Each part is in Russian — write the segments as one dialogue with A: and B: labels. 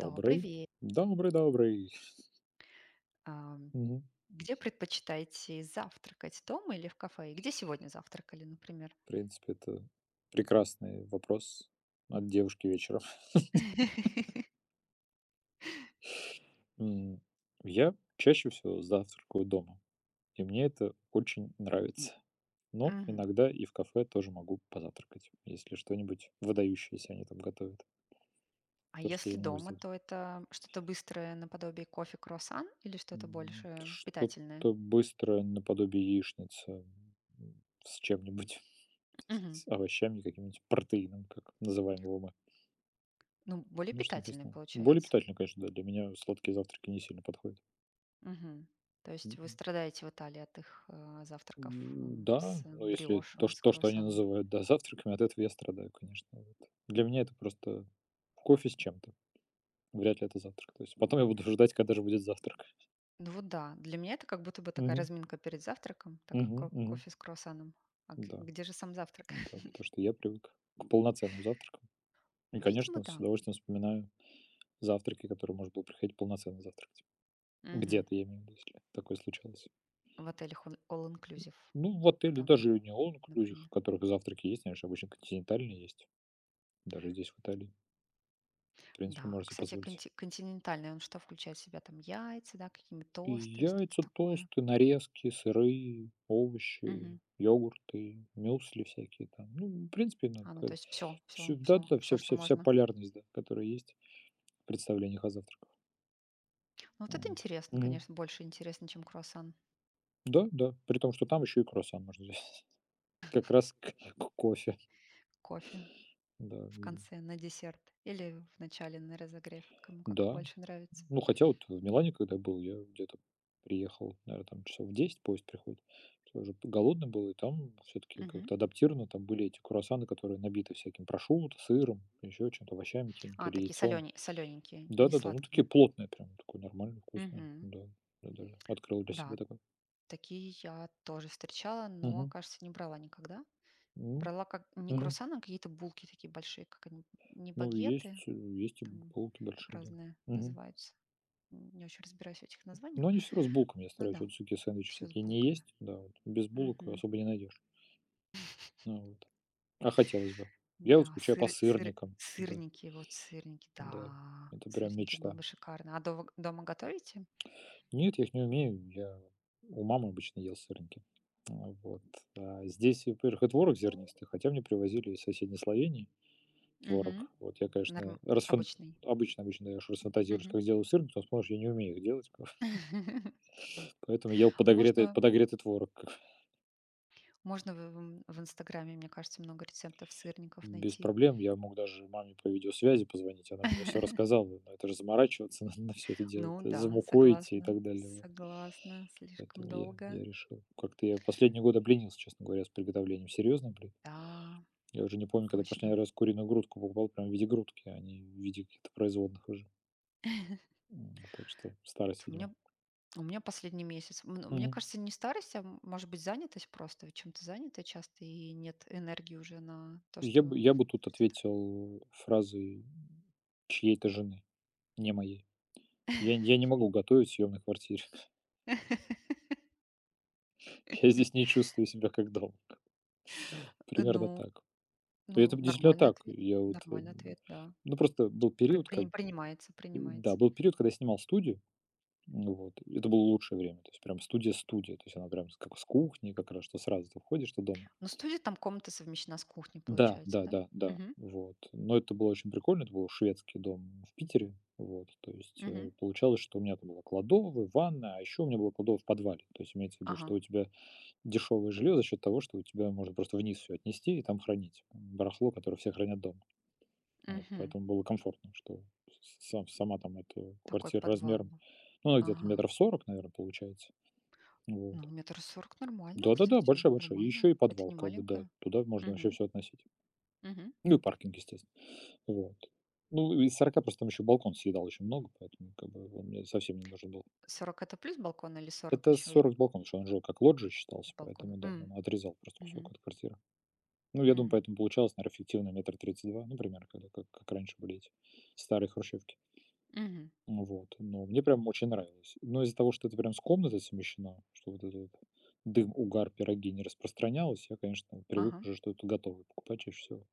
A: Добрый вечер.
B: Добрый, добрый. Мгм.
A: Где предпочитаете завтракать, дома или в кафе? И где сегодня завтракали, например?
B: В принципе, это прекрасный вопрос от девушки вечером. М, я чаще всего завтракаю дома, и мне это очень нравится. Но
A: Мгм.
B: иногда и в кафе тоже могу позавтракать, если что-нибудь выдающееся они там готовят.
A: А
B: То, что
A: если
B: я не могу
A: дома,
B: сделать.
A: то это что-то быстрое наподобие кофе, круассан или что-то больше питательное?
B: Что-то быстрое наподобие яичницы, с чем-нибудь,
A: Мгм.
B: с овощами, каким-нибудь протеином, как называем его мы.
A: Ну, более
B: Ну, что
A: питательное
B: написано? Более
A: получается.
B: питательно, конечно, да. Для меня сладкие завтраки не сильно подходят.
A: Мгм. То
B: М,
A: есть вы
B: м,
A: страдаете в Италии от их завтраков с
B: Да, но если то,
A: бриошем,
B: что,
A: с
B: то, что они
A: круассанами?
B: называют, да, завтраками, от этого я страдаю, конечно. Вот. Для меня это просто кофе с чем-то. Вряд ли это завтрак. То есть потом я буду ждать, когда же будет завтрак.
A: Ну вот да, для меня это как будто бы такая
B: Мгм.
A: разминка перед завтраком, так как
B: Мгм.
A: ко
B: Мгм.
A: кофе с круассаном. А г
B: Да,
A: где же сам завтрак?
B: да, потому что я привык к полноценным завтракам. И,
A: Видимо,
B: конечно, с
A: да.
B: удовольствием вспоминаю завтраки, которые можно было приходить полноценно завтракать.
A: Мгм.
B: Где-то, я имею в виду, если такое случалось.
A: В отелях all inclusive
B: Ну, в отеле
A: там,
B: даже не all inclusive, в
A: например.
B: которых завтраки есть, они же обычно континентальные есть, даже здесь, в Италии. В принципе,
A: Да, а,
B: можете
A: кстати,
B: позволить.
A: континентальный, он что включает в себя? Там яйца, да, какие-нибудь
B: И
A: тосты, что-то
B: яйца,
A: такое.
B: тосты, нарезки, сыры, овощи,
A: Мгм.
B: йогурты, мюсли всякие там. Ну, в принципе, ну,
A: А, ну, то есть все, все,
B: всю, да,
A: все,
B: да,
A: все,
B: вся,
A: что
B: вся, вся
A: можно.
B: полярность, да, которая есть в представлениях о завтраках.
A: Ну, вот это
B: Вот.
A: интересно,
B: Мгм.
A: конечно, больше интересно, чем круассан.
B: Да, да. При том, что там еще и круассан можно взять. Как раз к кофе.
A: Кофе
B: Да.
A: в конце на десерт или в начале на разогрев, кому как
B: Да.
A: больше нравится.
B: Ну, хотя вот в Милане, когда был, я где-то приехал, наверное, там часов в 10 поезд приходит. Я уже голодный был, и там все таки
A: Мгм.
B: как-то адаптировано. Там были эти круассаны, которые набиты всяким прошутто, сыром, еще чем-то, овощами какими-то
A: А,
B: или
A: такие
B: яйцом.
A: солененькие, не
B: Да-да-да, ну,
A: сладкие.
B: такие плотные прям, такое нормальное, вкусное.
A: Мгм.
B: Да, я даже открыл для себя
A: Да,
B: такое.
A: такие я тоже встречала, но,
B: Мгм.
A: кажется, не брала никогда.
B: М,
A: Брала как не
B: мгм.
A: круассаны, а какие-то булки такие большие, как они, не
B: Ну,
A: багеты,
B: есть и
A: там
B: булки большие, да.
A: разные
B: Мгм.
A: называются. Не очень разбираюсь в этих
B: Но
A: названиях.
B: они все равно с булками. Я
A: Ну
B: стараюсь
A: да,
B: вот всё сэндвичи
A: все с
B: всякие не
A: булками.
B: есть. Да, вот без булок
A: Мгм.
B: особо не найдешь. Ну вот. А хотелось бы. Я
A: Да,
B: вот скучаю по сырникам. Да,
A: сырники, вот сырники,
B: да,
A: да,
B: это прям
A: сырники было
B: мечта.
A: бы шикарно. А дома, дома готовите?
B: Нет, я их не умею. Я у мамы обычно ел сырники. А, вот. А здесь, во-первых, и творог зернистый, хотя мне привозили из соседней Словении
A: Мгм.
B: творог. Вот я,
A: Норм...
B: конечно, расфан
A: Обычный.
B: обычно я уж расфантазируюсь,
A: Мгм.
B: как сделаю сырники, потом вспомнишь, я не умею их делать, поэтому ел подогретый
A: Можно,
B: подогретый творог.
A: можно в Инстаграме, мне кажется, много рецептов сырников
B: Без
A: найти.
B: проблем. Я мог даже маме по видеосвязи позвонить, она мне все рассказала. Но это же заморачиваться надо на всё это дело,
A: Ну
B: это за
A: да,
B: мукой идти и
A: согласна,
B: так далее, вот.
A: согласна, слишком
B: Поэтому я
A: долго.
B: я решил как-то, я последние годы обленился, честно говоря, с приготовлением серьезно, блин.
A: Да,
B: Я уже не помню, когда
A: точно.
B: последний раз куриную грудку покупал прям в виде грудки, а не в виде каких-то производных уже. Так что старость,
A: Вот. У
B: видимо.
A: меня, у меня последний месяц. Ну, мне
B: Мгм.
A: кажется, не старость, а может быть занятость просто. Ведь чем-то занята часто и нет энергии уже на то,
B: Я бы
A: что
B: я бы тут
A: что-то.
B: ответил фразой чьей-то жены, не моей. Я не могу готовить в съемной квартире. Я здесь не чувствую себя как дома. Примерно
A: Ну,
B: так. И
A: ну,
B: это действительно
A: нормальный
B: так.
A: ответ.
B: Я вот,
A: Нормальный ответ, да.
B: ну, просто был период, как
A: Принимается,
B: да,
A: принимается.
B: был период, когда я снимал студию. Ну вот, это было лучшее время. То есть прям студия-студия. То есть она прям с кухни как раз, что сразу ты входишь, что дома.
A: Ну, студия там комната совмещена с кухней,
B: Да,
A: получается,
B: да,
A: да?
B: да, да,
A: Угу,
B: вот. Но это было очень прикольно. Это был шведский дом в Питере. Вот, то есть,
A: угу,
B: получалось, что у меня там была кладовая, ванная, а еще у меня была кладовая в подвале. То есть имеется в виду,
A: ага,
B: что у тебя дешевое жилье за счет того, что у тебя можно просто вниз все отнести и там хранить. Барахло, которое все хранят дома. Вот,
A: угу.
B: поэтому было комфортно, что сама там эта
A: Такой
B: квартира
A: подвал
B: размером,
A: был.
B: ну, она где-то
A: Ага.
B: метров 40, наверное, получается.
A: Ну,
B: Вот.
A: метр сорок нормально,
B: Да-да-да,
A: кстати,
B: большая-большая. И
A: нормально.
B: еще и
A: Это
B: подвал,
A: не
B: как бы, да.
A: маленькая.
B: Туда можно вообще
A: Мгм.
B: все относить.
A: Мгм.
B: Ну и паркинг, естественно. Вот. Ну, из 40 просто там еще балкон съедал очень много, поэтому как бы он мне совсем не нужен был.
A: Сорок это плюс балкон или 40
B: Это
A: еще и
B: 40 балкон, что он жил как лоджия
A: с
B: считался,
A: балконом?
B: поэтому да,
A: М.
B: он отрезал просто кусок
A: Мгм.
B: от квартиры. Ну, я думаю,
A: Мгм.
B: поэтому получалось, наверно, фиктивно метр тридцать два, ну, примерно, когда как раньше были эти старые хрущевки.
A: Мгм.
B: Ну вот, но мне прям очень нравилось. Но из-за того, что это прям с комнатой совмещено, что вот этот вот дым, угар, пироги не распространялось, я, конечно, привык
A: Ага.
B: уже что-то готовое покупать чаще всего.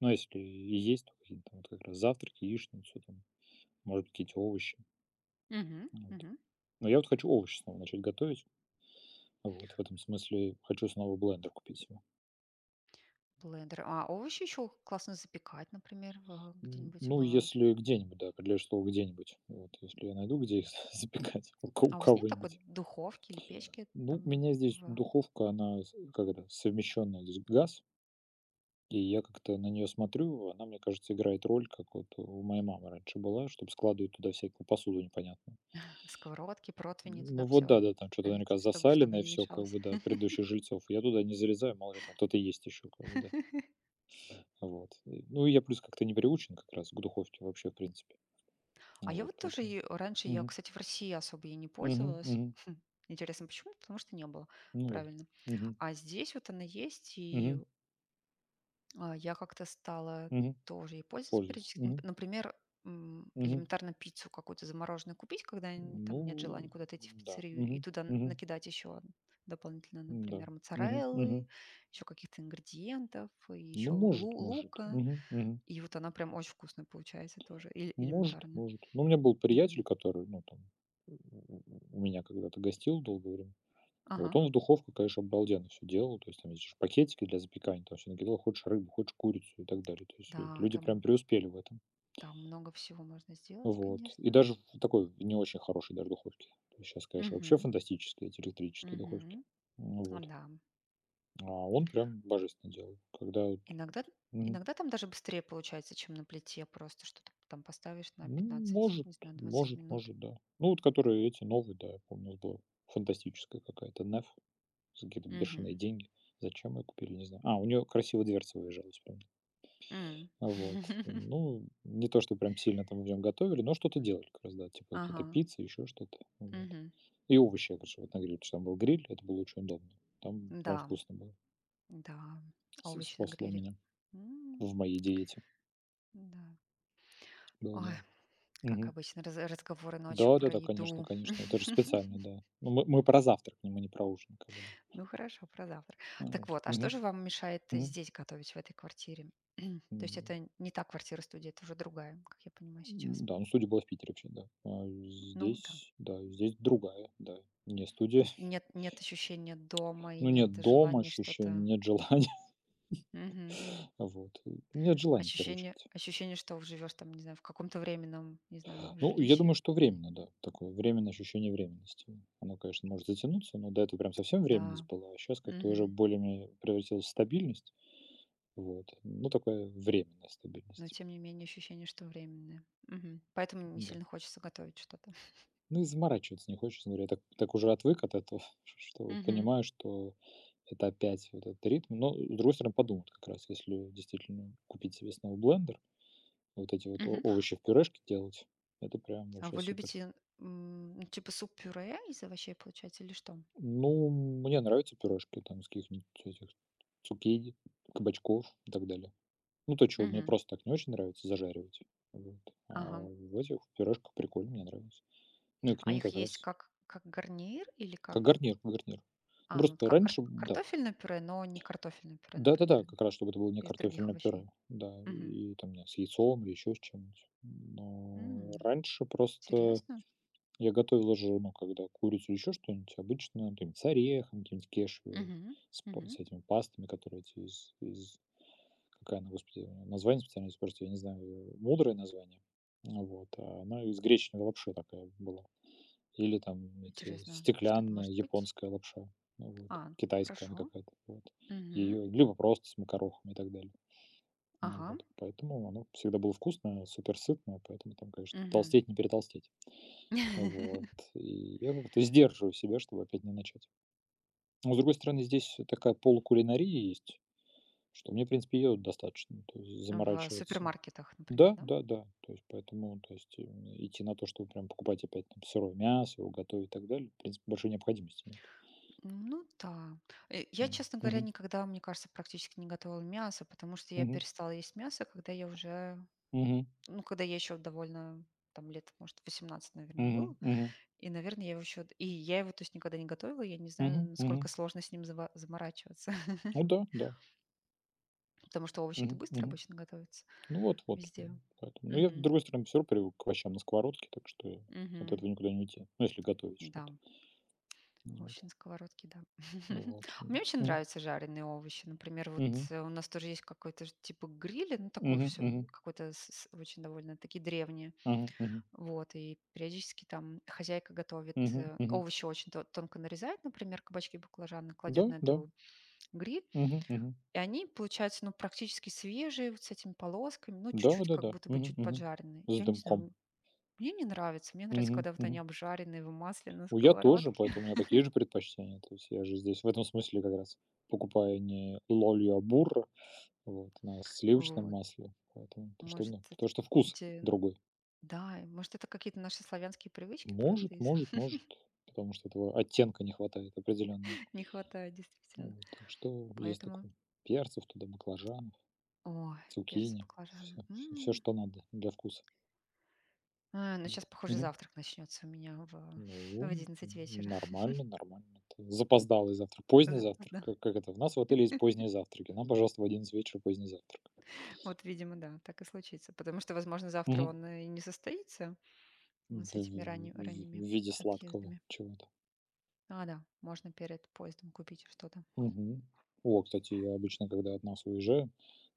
B: Но если и есть, то какие-то вот как раз завтраки, яичницу там, может быть, какие-то овощи.
A: Мгм.
B: Вот.
A: Мгм.
B: Но я вот хочу овощи снова начать готовить. Вот, в этом смысле хочу снова блендер купить.
A: Блендер. А овощи еще классно запекать, например, в где-нибудь
B: Ну,
A: в
B: если где-нибудь, да, определяешь слово "где-нибудь". Вот если я найду, где их запекать у ко у
A: А у вас нет такой
B: кого-нибудь.
A: духовки или печки
B: Ну, у
A: там
B: меня здесь
A: в
B: духовка, она с как это, совмещенная, здесь газ, и я как-то на нее смотрю, она, мне кажется, играет роль, как вот у моей мамы раньше была, чтобы складывать туда всякую посуду непонятную.
A: сковородке, противни туда
B: Ну вот
A: все
B: да, да, там что то
A: ставить,
B: наверняка
A: чтобы
B: засаленное
A: не
B: все, как
A: мешалось?
B: бы, да, от предыдущих жильцов. Я туда не залезаю, мало ли там кто-то есть еще, как бы, да. Вот. Ну, и я плюс как-то не приучен как раз к духовке вообще, в принципе.
A: А я
B: Вот
A: вот тоже
B: поэтому.
A: и раньше, я, кстати, в России особо ей не
B: Мгм,
A: пользовалась.
B: мгм.
A: Интересно, почему? Потому что не было,
B: Ну да.
A: правильно.
B: Мгм,
A: А здесь вот она есть, и
B: мгм,
A: а, я как-то стала
B: мгм.
A: тоже ей пользоваться
B: Пользуется.
A: периодически. Нап-
B: Мгм,
A: Например,
B: мгм.
A: элементарно пиццу какую-то замороженную купить, когда
B: Ну
A: там нет желания куда-то идти в
B: да.
A: пиццерию, и
B: Мгм,
A: туда
B: мгм.
A: накидать еще дополнительно,
B: Да.
A: например,
B: Мгм,
A: моцареллы,
B: мгм.
A: еще каких-то ингредиентов, и
B: Ну,
A: еще
B: может, может.
A: лука.
B: Мгм, мгм.
A: И вот она прям очень вкусная получается тоже, эль-
B: Может,
A: элементарно.
B: может. Ну, у меня был
A: Мгм.
B: приятель, который, ну, там, у у меня когда-то гостил долгое время. И вот
A: Ага.
B: он в духовку, конечно, обалденно все делал. То есть там эти ж пакетики для запекания, там все накидал: хочешь рыбу, хочешь курицу и так далее. То есть,
A: Да,
B: люди прям
A: там
B: преуспели в этом.
A: там много всего можно сделать,
B: Вот. И
A: конечно.
B: даже в такой, в не очень хорошей даже духовке. Сейчас есть, конечно, вообще
A: Мгм,
B: фантастические эти электрические духовки.
A: мгм.
B: Ну
A: А,
B: вот.
A: да.
B: А он прям божественно делал. Когда вот,
A: Иногда
B: мгм.
A: иногда там даже быстрее получается, чем на плите. Просто что-то там поставишь на
B: Ну,
A: 15,
B: может,
A: не знаю, 20
B: может,
A: минут.
B: может, да. Ну, вот которые эти новые, да, я помню, вот была фантастическая какая-то "Нэф" за какие-то
A: Мгм.
B: бешеные деньги. Зачем мы купили, не знаю. А, у нее красиво дверца выезжала из.
A: М.
B: А вот. Ну, не то, что прям сильно там в нем готовили, но что-то делали как раз, да, типа какие-то
A: Ага.
B: пиццы, еще что-то. Вот.
A: Мгм.
B: И овощи, я, короче, вот на гриле, потому что там был гриль, это было очень удобно. Там прям
A: Да,
B: вкусно было.
A: да. А овощный
B: Спасло
A: грилик.
B: меня
A: М,
B: в моей диете.
A: да.
B: Было
A: Ой,
B: дело.
A: как
B: Мгм.
A: обычно, разговоры ночью
B: Да, да,
A: про
B: да, конечно,
A: еду.
B: конечно. Это же специально, да. Ну, мы про завтрак, мы не про ужин, как бы, да.
A: Ну хорошо, про завтрак.
B: А,
A: Так
B: вот.
A: вот, а что
B: Мгм.
A: же вам мешает
B: Мгм.
A: здесь готовить, в этой квартире? То есть
B: М,
A: это не та квартира-студия, это уже другая, как я понимаю сейчас.
B: да, ну студия была в Питере вообще, да. А
A: Ну да.
B: здесь, да, здесь другая, да. Не студия.
A: И нет, нет ощущения дома и
B: Ну,
A: нет
B: нет дома
A: желания
B: ощущений,
A: что-то...
B: нет желания.
A: Мгм.
B: Вот. Нет желания, в первую
A: Ощущение,
B: очередь.
A: ощущение, что живешь там, не знаю, в каком-то временном, не знаю,
B: Ну, я думаю,
A: жилище.
B: что временно, да. Такое временное ощущение временности. Оно, конечно, может затянуться, но до этого прям совсем
A: Да.
B: временность была, а сейчас как-то уже
A: Мгм.
B: более превратилась в стабильность. Вот. Ну, такая временная
A: Но
B: стабильность.
A: тем не менее ощущение, что временное. Мгм. Поэтому не
B: Да.
A: сильно хочется готовить что-то.
B: Ну, и заморачиваться не хочется. Говорю, я так уже отвык от этого, что
A: Мгм.
B: понимаю, что это опять вот этот ритм. Но, с другой стороны, подумать как раз, если действительно купить себе снова блендер, вот эти вот
A: Мгм.
B: овощи в пюрешке делать, это прям
A: А
B: вообще
A: вы
B: супер.
A: любите, ну, типа суп-пюре из овощей получать или что?
B: Ну, мне нравятся пирожки там из каких-нибудь этих цукини, кабачков и так далее. Ну, то, чего мне
A: Мгм.
B: просто так не очень нравится зажаривать. Вот. А
A: Ага.
B: в этих пирожках прикольно, мне нравится. Ну и к
A: А
B: ним
A: их
B: как
A: есть
B: раз
A: как гарнир или
B: как
A: как
B: гарнир, как гарнир. Ну,
A: а, ну, вот
B: просто
A: как карт
B: раньше, да.
A: картофельное пюре, но не картофельное пюре, например,
B: Да-да-да, как раз, чтобы это было не
A: из других
B: картофельное
A: овощей?
B: пюре, да,
A: Мгм.
B: и там не знаю, с яйцом или еще с чем-нибудь. Но
A: М,
B: раньше просто
A: интересно.
B: я готовила же, ну, когда курицу или еще что-нибудь, обычно там с орехом, каким-нибудь кешью,
A: Мгм, мгм.
B: с этими пастами, которые эти Какая она, господи, название специально испортила, я не знаю, мудрое название. Ну вот. А она из гречневой лапши такая была. Или там эти
A: Интересно, что это
B: стеклянная
A: может быть?
B: японская лапша. Ну
A: А,
B: вот. Китайская она
A: хорошо.
B: какая-то. Вот.
A: Мгм.
B: Ее, либо просто с макарохом и так далее. Ну
A: Ага.
B: вот. Поэтому оно всегда было вкусное, супер сытное, поэтому там, конечно,
A: Мгм.
B: толстеть не перетолстеть. Вот. И я как-то сдерживаю себя, чтобы опять не начать. Но, с другой стороны, здесь такая полукулинария есть, что мне, в принципе, ее достаточно, то есть
A: В
B: заморачиваться.
A: супермаркетах, например,
B: Да,
A: да?
B: да, да. То есть поэтому, то есть идти на то, чтобы прям покупать опять там сырое мясо, его готовить и так далее, в принципе, большой необходимости нет.
A: Ну да. Я,
B: Вот.
A: честно говоря,
B: Мгм.
A: никогда, мне кажется, практически не готовила мясо, потому что я
B: Мгм.
A: перестала есть мясо, когда я уже,
B: Мгм.
A: ну, когда я еще довольно там лет, может, 18, наверное, было.
B: Мгм. Мгм.
A: И, наверное, я его еще... И я его, то есть, никогда не готовила. Я не знаю,
B: Мгм.
A: насколько
B: Мгм.
A: сложно с ним заморачиваться.
B: Ну да, да.
A: Потому что овощи это
B: Мгм.
A: быстро
B: Мгм.
A: обычно готовятся
B: Ну вот, вот. Ну,
A: везде.
B: поэтому. Но я, с
A: Угу.
B: другой стороны, все равно привык к овощам на сковородке, так что я от
A: Угу.
B: этого никуда не уйти. Ну, если готовить
A: Да.
B: что-то. Ну
A: Овощи
B: вот,
A: на сковородке, да.
B: ну вот,
A: Мне очень
B: м.
A: нравятся жареные овощи. Например, вот
B: Мгм.
A: у нас тоже есть какой-то ж типа гриля, ну такое
B: Мгм.
A: все,
B: Мгм.
A: какое-то очень довольно-таки древнее.
B: Мгм. Мгм.
A: Вот, и периодически там хозяйка готовит,
B: Мгм. Мгм. Мгм.
A: овощи очень тонко нарезает, например, кабачки, баклажаны,
B: Да,
A: кладет на
B: да.
A: эту гриль,
B: Мгм. Мгм.
A: и они получаются, ну, практически свежие, вот с этими полосками, ну, чуть-чуть, как
B: Да-да-да.
A: будто бы
B: Мгм.
A: чуть
B: Мгм.
A: поджаренные.
B: С
A: Я не знаю,
B: дымком.
A: мне не нравится. Мне нравится,
B: Мгм.
A: когда вот они
B: Мгм.
A: обжаренные в масле на
B: У Я тоже,
A: сковородке.
B: поэтому у меня такие же предпочтения. То есть я же здесь в этом смысле как раз покупаю не "Лолью", а "Бурро", вот, на сливочном
A: Вот.
B: масле. Поэтому то, что,
A: Может,
B: ну,
A: эти
B: потому что вкус
A: эти
B: другой.
A: Да, и, может, это какие-то наши славянские привычки просто
B: Может,
A: из
B: может, может, потому что этого оттенка не хватает определённого.
A: не хватает действительно.
B: Вот, так что есть
A: Поэтому,
B: такой. Перцев туда, баклажанов.
A: ой, перцы,
B: Цукини,
A: баклажаны.
B: все, всё
A: М.
B: что надо для вкуса.
A: А, ну
B: Вот.
A: сейчас, похоже,
B: Мгм.
A: завтрак начнется у меня в
B: Ну,
A: 11 вечера.
B: нормально, нормально. Это запоздалый завтрак, поздний завтрак.
A: Запоздала.
B: Как это? У нас в отеле есть поздние завтраки. Нам, пожалуйста, в 11 вечера поздний завтрак.
A: Вот, видимо, да, так и случится. Потому что, возможно, завтра
B: Мгм.
A: он и не состоится с
B: В
A: этими ранни-
B: в в
A: ранними
B: виде сладкого
A: отъездами.
B: чего-то.
A: А, да, можно перед поездом купить что-то.
B: Мгм. О, кстати, я обычно, когда от нас уезжаю,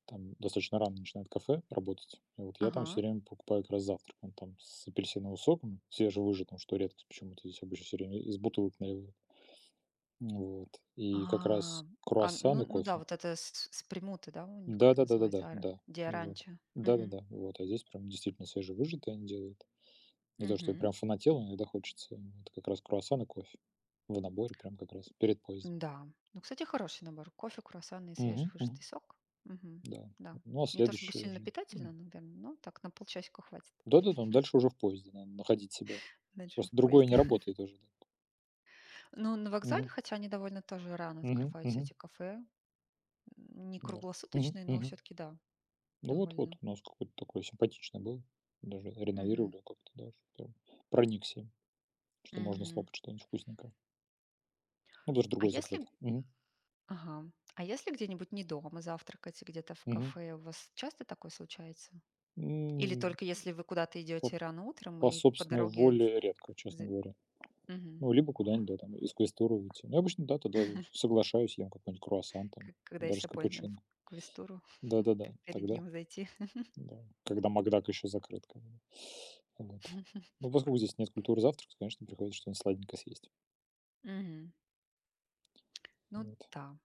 B: там достаточно рано начинает кафе работать. И вот я там все
A: Ага.
B: время покупаю как раз завтрак. Он там с апельсиновым соком свежевыжатым, что редкость почему-то. Здесь обычно все время из бутылок наливают. Вот. И как раз
A: А, а,
B: круассан
A: ну,
B: и
A: ну да,
B: кофе.
A: вот это с примуты, да, у них как
B: Да-да-да-да-да,
A: называется? Ара-
B: да. Вот.
A: Диаранча.
B: Да-да-да. Вот. А здесь прям действительно свежевыжатые они делают. Не то, что я
A: Мгм.
B: прям фанател, но иногда хочется. Вот как раз круассан и кофе. В наборе прям как раз перед поездом.
A: Да. Ну, кстати, хороший набор. Кофе, круассаны и
B: Мгм, мгм.
A: свежевыжатый сок. Мгм.
B: Да.
A: Да.
B: Ну, а
A: Не то чтобы
B: следующее
A: сильно
B: уже. М.
A: питательно, наверное, но так на полчасика хватит.
B: Да-да-да, ну, дальше уже в поезде надо находить себя.
A: Дальше в
B: Просто другое не
A: поезде.
B: работает уже, да.
A: Ну, на вокзале,
B: Мгм,
A: хотя они довольно тоже рано
B: мгм,
A: открываются,
B: мгм.
A: эти кафе. Не
B: Да. Мгм,
A: круглосуточные, но
B: мгм.
A: все-таки да,
B: Ну вот-вот,
A: довольно.
B: у нас какой-то такой симпатичный был. Даже
A: Мгм.
B: реновировали как-то, да, что прям проникся, что можно
A: Мгм.
B: слопать что-нибудь вкусненькое. Ну, даже
A: А
B: другой закрыт.
A: если...
B: Мгм.
A: Ага. А если где-нибудь не дома завтракать, а где-то в
B: Мгм.
A: кафе, у вас часто такое случается? Или
B: М,
A: только если вы куда-то
B: по
A: идете рано утром
B: по
A: и по
B: собственной
A: дороге...
B: воле редко, честно
A: за-
B: говоря.
A: Мгм.
B: Ну, либо куда-нибудь, да, там, из квестура выйти. Ну, я обычно, да, тогда соглашаюсь, ем какой-нибудь круассан там,
A: К когда
B: даже
A: есть
B: с
A: аппоинтмент
B: капучино.
A: в квестуру, пе
B: Да-да-да,
A: перед
B: тогда,
A: ним зайти.
B: да. Когда Макдак еще закрыт, как бы. Вот. Ну, поскольку здесь нет культуры завтрака, конечно, приходится что-нибудь сладенькое съесть.
A: Мгм. Ну
B: Вот.
A: да.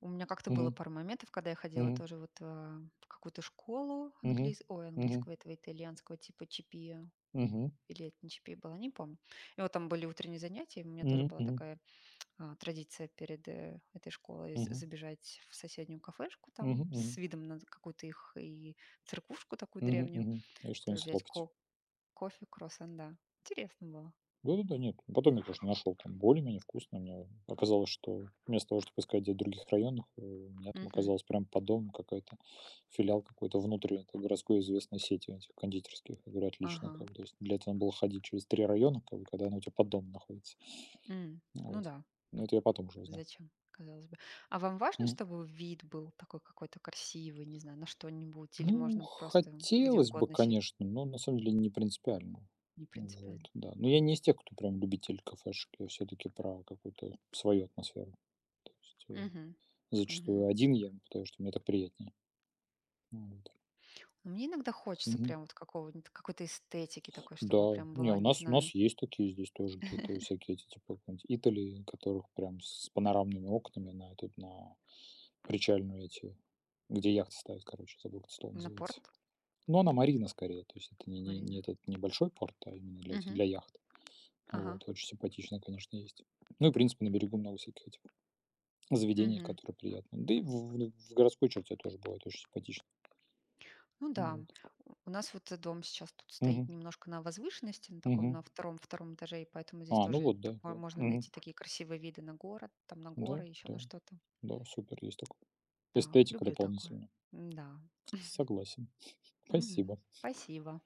A: У меня как-то было
B: Мгм.
A: пару моментов, когда я ходила
B: Мгм.
A: тоже вот, а, в какую-то школу
B: Мгм. Мгм.
A: английского этого, итальянского типа CPIA
B: Мгм.
A: или это не CPIA была, не помню. И вот там были утренние занятия, и у меня тоже
B: Мгм.
A: была
B: Мгм.
A: такая, а, традиция перед, этой школой з
B: Мгм.
A: забежать в соседнюю кафешку
B: Мгм.
A: там с
B: Мгм.
A: видом на какую-то их и церквушку такую
B: Мгм.
A: древнюю,
B: Мгм. И
A: тоже
B: что-нибудь
A: взять
B: слопать.
A: ко кофе, круассан, да. Интересно было.
B: Да-да-да, нет. Потом я, конечно, нашел там более-менее вкусно. Мне оказалось, что вместо того, чтобы искать где-то в других районах, у меня там
A: Мгм.
B: оказалось прям под домом какая-то филиал какой-то внутренней этой городской известной сети этих кондитерских. Я говорю,
A: Ага,
B: отлично. Как бы, то есть для этого надо было ходить через три района, как бы, когда она у тебя под домом находится.
A: м. Ну
B: Вот.
A: да,
B: Но это я потом уже узнал.
A: зачем, казалось бы. А вам важно, чтобы вид был такой какой-то красивый, не знаю, на что-нибудь, или
B: Ну,
A: можно просто где
B: хотелось бы,
A: угодно сесть,
B: конечно, но на самом деле не принципиально.
A: не
B: Вот,
A: принципиально?
B: да. Но я не из тех, кто прям любитель кафешек. Я все-таки про какую-то свою атмосферу. То есть,
A: Мгм. Мгм.
B: зачастую один ем, потому что мне так приятнее. Вот.
A: Но мне иногда хочется
B: Мгм.
A: прям вот какого-нибудь, какой-то эстетики такой, чтобы
B: Да,
A: прям
B: не,
A: была,
B: у
A: не
B: нас у нас
A: знаю.
B: есть такие здесь тоже какие-то всякие эти типа какой-нибудь Италии, которых прям с панорамными окнами на этот на причальную эти, где яхты ставят, короче, забыл, как это слово
A: На
B: называется.
A: порт,
B: Но она марина скорее, то есть это не
A: Марина?
B: этот небольшой порт, а именно
A: Мгм.
B: для яхт.
A: Ага.
B: Вот, очень симпатично, конечно, есть. Ну и, в принципе, на берегу много всяких этих заведений,
A: Мгм.
B: которые приятно. Да и в городской черте тоже бывает очень симпатично.
A: Ну да,
B: Вот.
A: у нас вот дом сейчас тут стоит
B: Мгм,
A: немножко на возвышенности, на таком,
B: мгм.
A: на втором этаже, и поэтому здесь
B: А, ну
A: тоже
B: вот,
A: так
B: да,
A: мо-
B: да.
A: можно
B: Мгм.
A: найти такие красивые виды на город, там на горы,
B: Да,
A: еще на
B: да,
A: что-то.
B: да, супер, есть такое.
A: Да,
B: Эстетика
A: люблю такое.
B: дополнительно.
A: Да.
B: Согласен. Спасибо.
A: Спасибо.